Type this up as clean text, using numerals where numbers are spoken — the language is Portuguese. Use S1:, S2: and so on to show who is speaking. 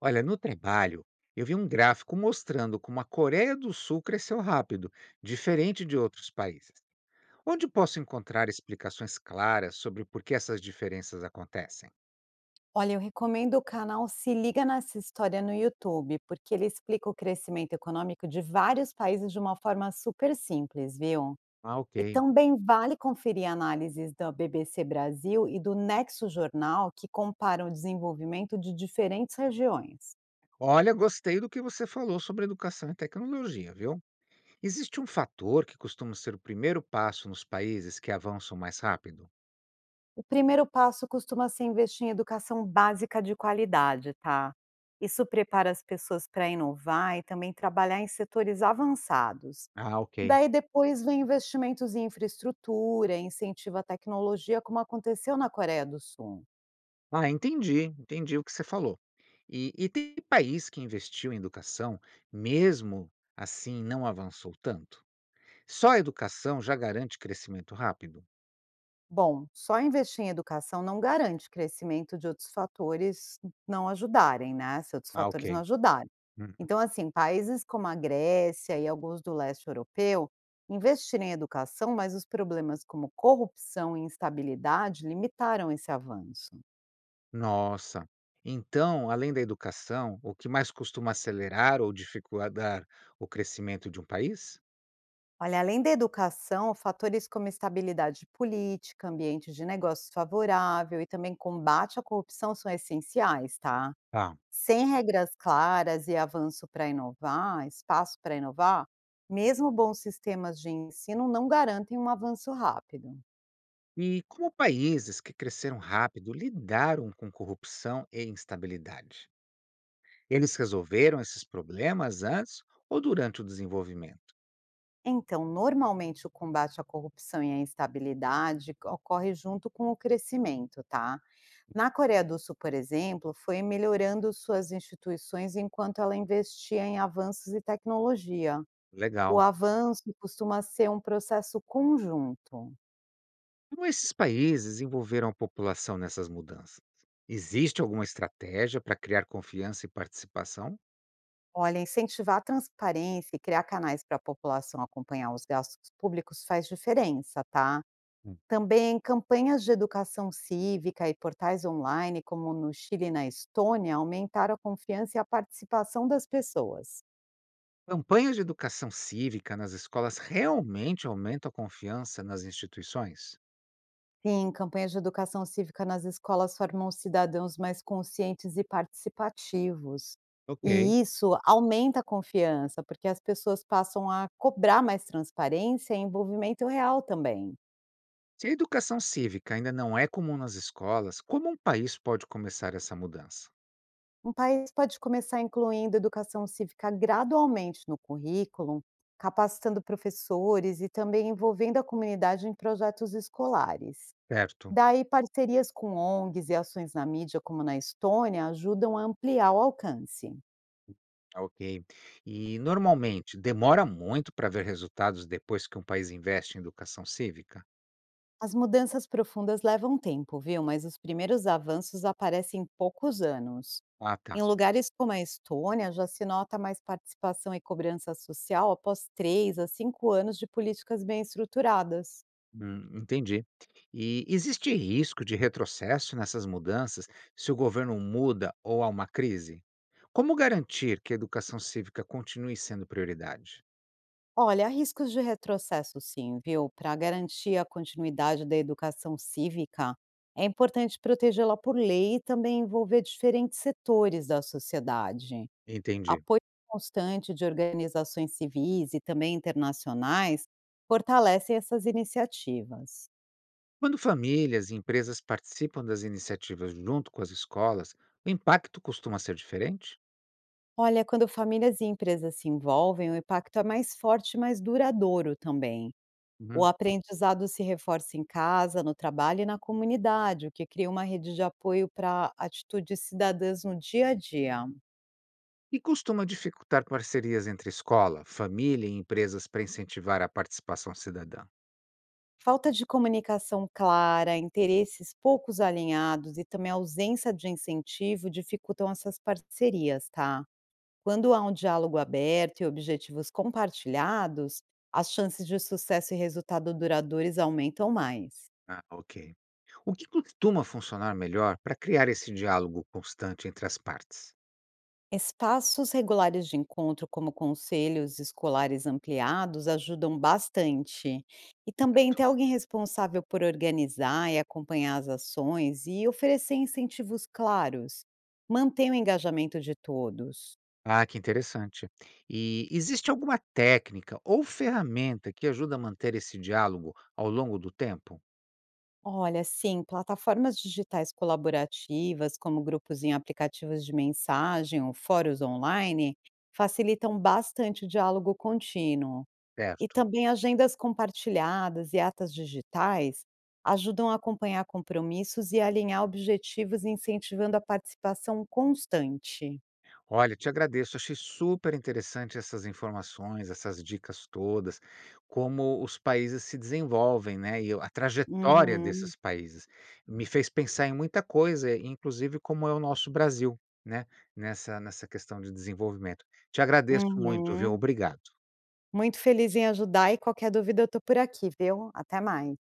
S1: Olha, no trabalho, eu vi um gráfico mostrando como a Coreia do Sul cresceu rápido, diferente de outros países. Onde posso encontrar explicações claras sobre por que essas diferenças acontecem?
S2: Olha, eu recomendo o canal Se Liga Nessa História no YouTube, porque ele explica o crescimento econômico de vários países de uma forma super simples, viu?
S1: Ah, ok.
S2: E também vale conferir análises da BBC Brasil e do Nexo Jornal, que comparam o desenvolvimento de diferentes regiões.
S1: Olha, gostei do que você falou sobre educação e tecnologia, viu? Existe um fator que costuma ser o primeiro passo nos países que avançam mais rápido?
S2: O primeiro passo costuma ser investir em educação básica de qualidade, tá? Isso prepara as pessoas para inovar e também trabalhar em setores avançados.
S1: Ah, ok.
S2: Daí depois vem investimentos em infraestrutura, incentiva a tecnologia, como aconteceu na Coreia do Sul.
S1: Ah, entendi, entendi o que você falou. E tem país que investiu em educação, mesmo assim não avançou tanto? Só a educação já garante crescimento rápido?
S2: Bom, só investir em educação não garante crescimento de outros fatores não ajudarem, né, se outros
S1: Ah, ok.
S2: fatores não ajudarem.
S1: Uhum.
S2: Então, assim, países como a Grécia e alguns do leste europeu investiram em educação, mas os problemas como corrupção e instabilidade limitaram esse avanço.
S1: Nossa. Então, além da educação, o que mais costuma acelerar ou dificultar o crescimento de um país?
S2: Olha, além da educação, fatores como estabilidade política, ambiente de negócios favorável e também combate à corrupção são essenciais, tá?
S1: Tá.
S2: Sem regras claras e avanço para inovar, espaço para inovar, mesmo bons sistemas de ensino não garantem um avanço rápido.
S1: E como países que cresceram rápido lidaram com corrupção e instabilidade? Eles resolveram esses problemas antes ou durante o desenvolvimento?
S2: Então, normalmente o combate à corrupção e à instabilidade ocorre junto com o crescimento, tá? Na Coreia do Sul, por exemplo, foi melhorando suas instituições enquanto ela investia em avanços e tecnologia. O
S1: Legal.
S2: avanço costuma ser um processo conjunto.
S1: Como esses países envolveram a população nessas mudanças? Existe alguma estratégia para criar confiança e participação?
S2: Olha, incentivar a transparência e criar canais para a população acompanhar os gastos públicos faz diferença, tá?
S1: Hum.
S2: Também campanhas de educação cívica e portais online, como no Chile e na Estônia, aumentaram a confiança e a participação das pessoas.
S1: Campanhas de educação cívica nas escolas realmente aumentam a confiança nas instituições?
S2: Sim, campanhas de educação cívica nas escolas formam cidadãos mais conscientes e participativos.
S1: Ok.
S2: E isso aumenta a confiança, porque as pessoas passam a cobrar mais transparência e envolvimento real também.
S1: Se a educação cívica ainda não é comum nas escolas, como um país pode começar essa mudança?
S2: Um país pode começar incluindo educação cívica gradualmente no currículo, capacitando professores e também envolvendo a comunidade em projetos escolares.
S1: Certo.
S2: Daí, parcerias com ONGs e ações na mídia, como na Estônia, ajudam a ampliar o alcance.
S1: Ok. E normalmente demora muito para ver resultados depois que um país investe em educação cívica?
S2: As mudanças profundas levam tempo, viu? Mas os primeiros avanços aparecem em poucos anos.
S1: Ah,
S2: Em
S1: tá.
S2: lugares como a Estônia, já se nota mais participação e cobrança social após 3 a 5 anos de políticas bem estruturadas.
S1: Entendi. E existe risco de retrocesso nessas mudanças se o governo muda ou há uma crise? Como garantir que a educação cívica continue sendo prioridade?
S2: Olha, há riscos de retrocesso, sim, viu? Para garantir a continuidade da educação cívica, é importante protegê-la por lei e também envolver diferentes setores da sociedade.
S1: Entendi.
S2: Apoio constante de organizações civis e também internacionais fortalecem essas iniciativas.
S1: Quando famílias e empresas participam das iniciativas junto com as escolas, o impacto costuma ser diferente?
S2: Olha, quando famílias e empresas se envolvem, o impacto é mais forte e mais duradouro também. O
S1: Uhum.
S2: aprendizado se reforça em casa, no trabalho e na comunidade, o que cria uma rede de apoio para atitudes cidadãs no dia a dia.
S1: E costuma dificultar parcerias entre escola, família e empresas para incentivar a participação cidadã?
S2: Falta de comunicação clara, interesses poucos alinhados e também a ausência de incentivo dificultam essas parcerias, tá? Quando há um diálogo aberto e objetivos compartilhados, as chances de sucesso e resultado duradouros aumentam mais.
S1: Ah, ok. O que costuma funcionar melhor para criar esse diálogo constante entre as partes?
S2: Espaços regulares de encontro, como conselhos escolares ampliados, ajudam bastante. E também ter
S1: Certo.
S2: alguém responsável por organizar e acompanhar as ações e oferecer incentivos claros. Mantém o engajamento de todos.
S1: Ah, que interessante. E existe alguma técnica ou ferramenta que ajuda a manter esse diálogo ao longo do tempo?
S2: Olha, sim, plataformas digitais colaborativas, como grupos em aplicativos de mensagem ou fóruns online, facilitam bastante o diálogo contínuo. E
S1: Certo.
S2: também agendas compartilhadas e atas digitais ajudam a acompanhar compromissos e alinhar objetivos, incentivando a participação constante.
S1: Olha, te agradeço. Achei super interessante essas informações, essas dicas todas, como os países se desenvolvem, né, e a trajetória
S2: Uhum,
S1: desses países. Me fez pensar em muita coisa, inclusive como é o nosso Brasil, né, nessa questão de desenvolvimento. Te agradeço muito, viu?
S2: uhum.
S1: Obrigado.
S2: Muito feliz em ajudar e qualquer dúvida eu tô por aqui, viu? Até mais.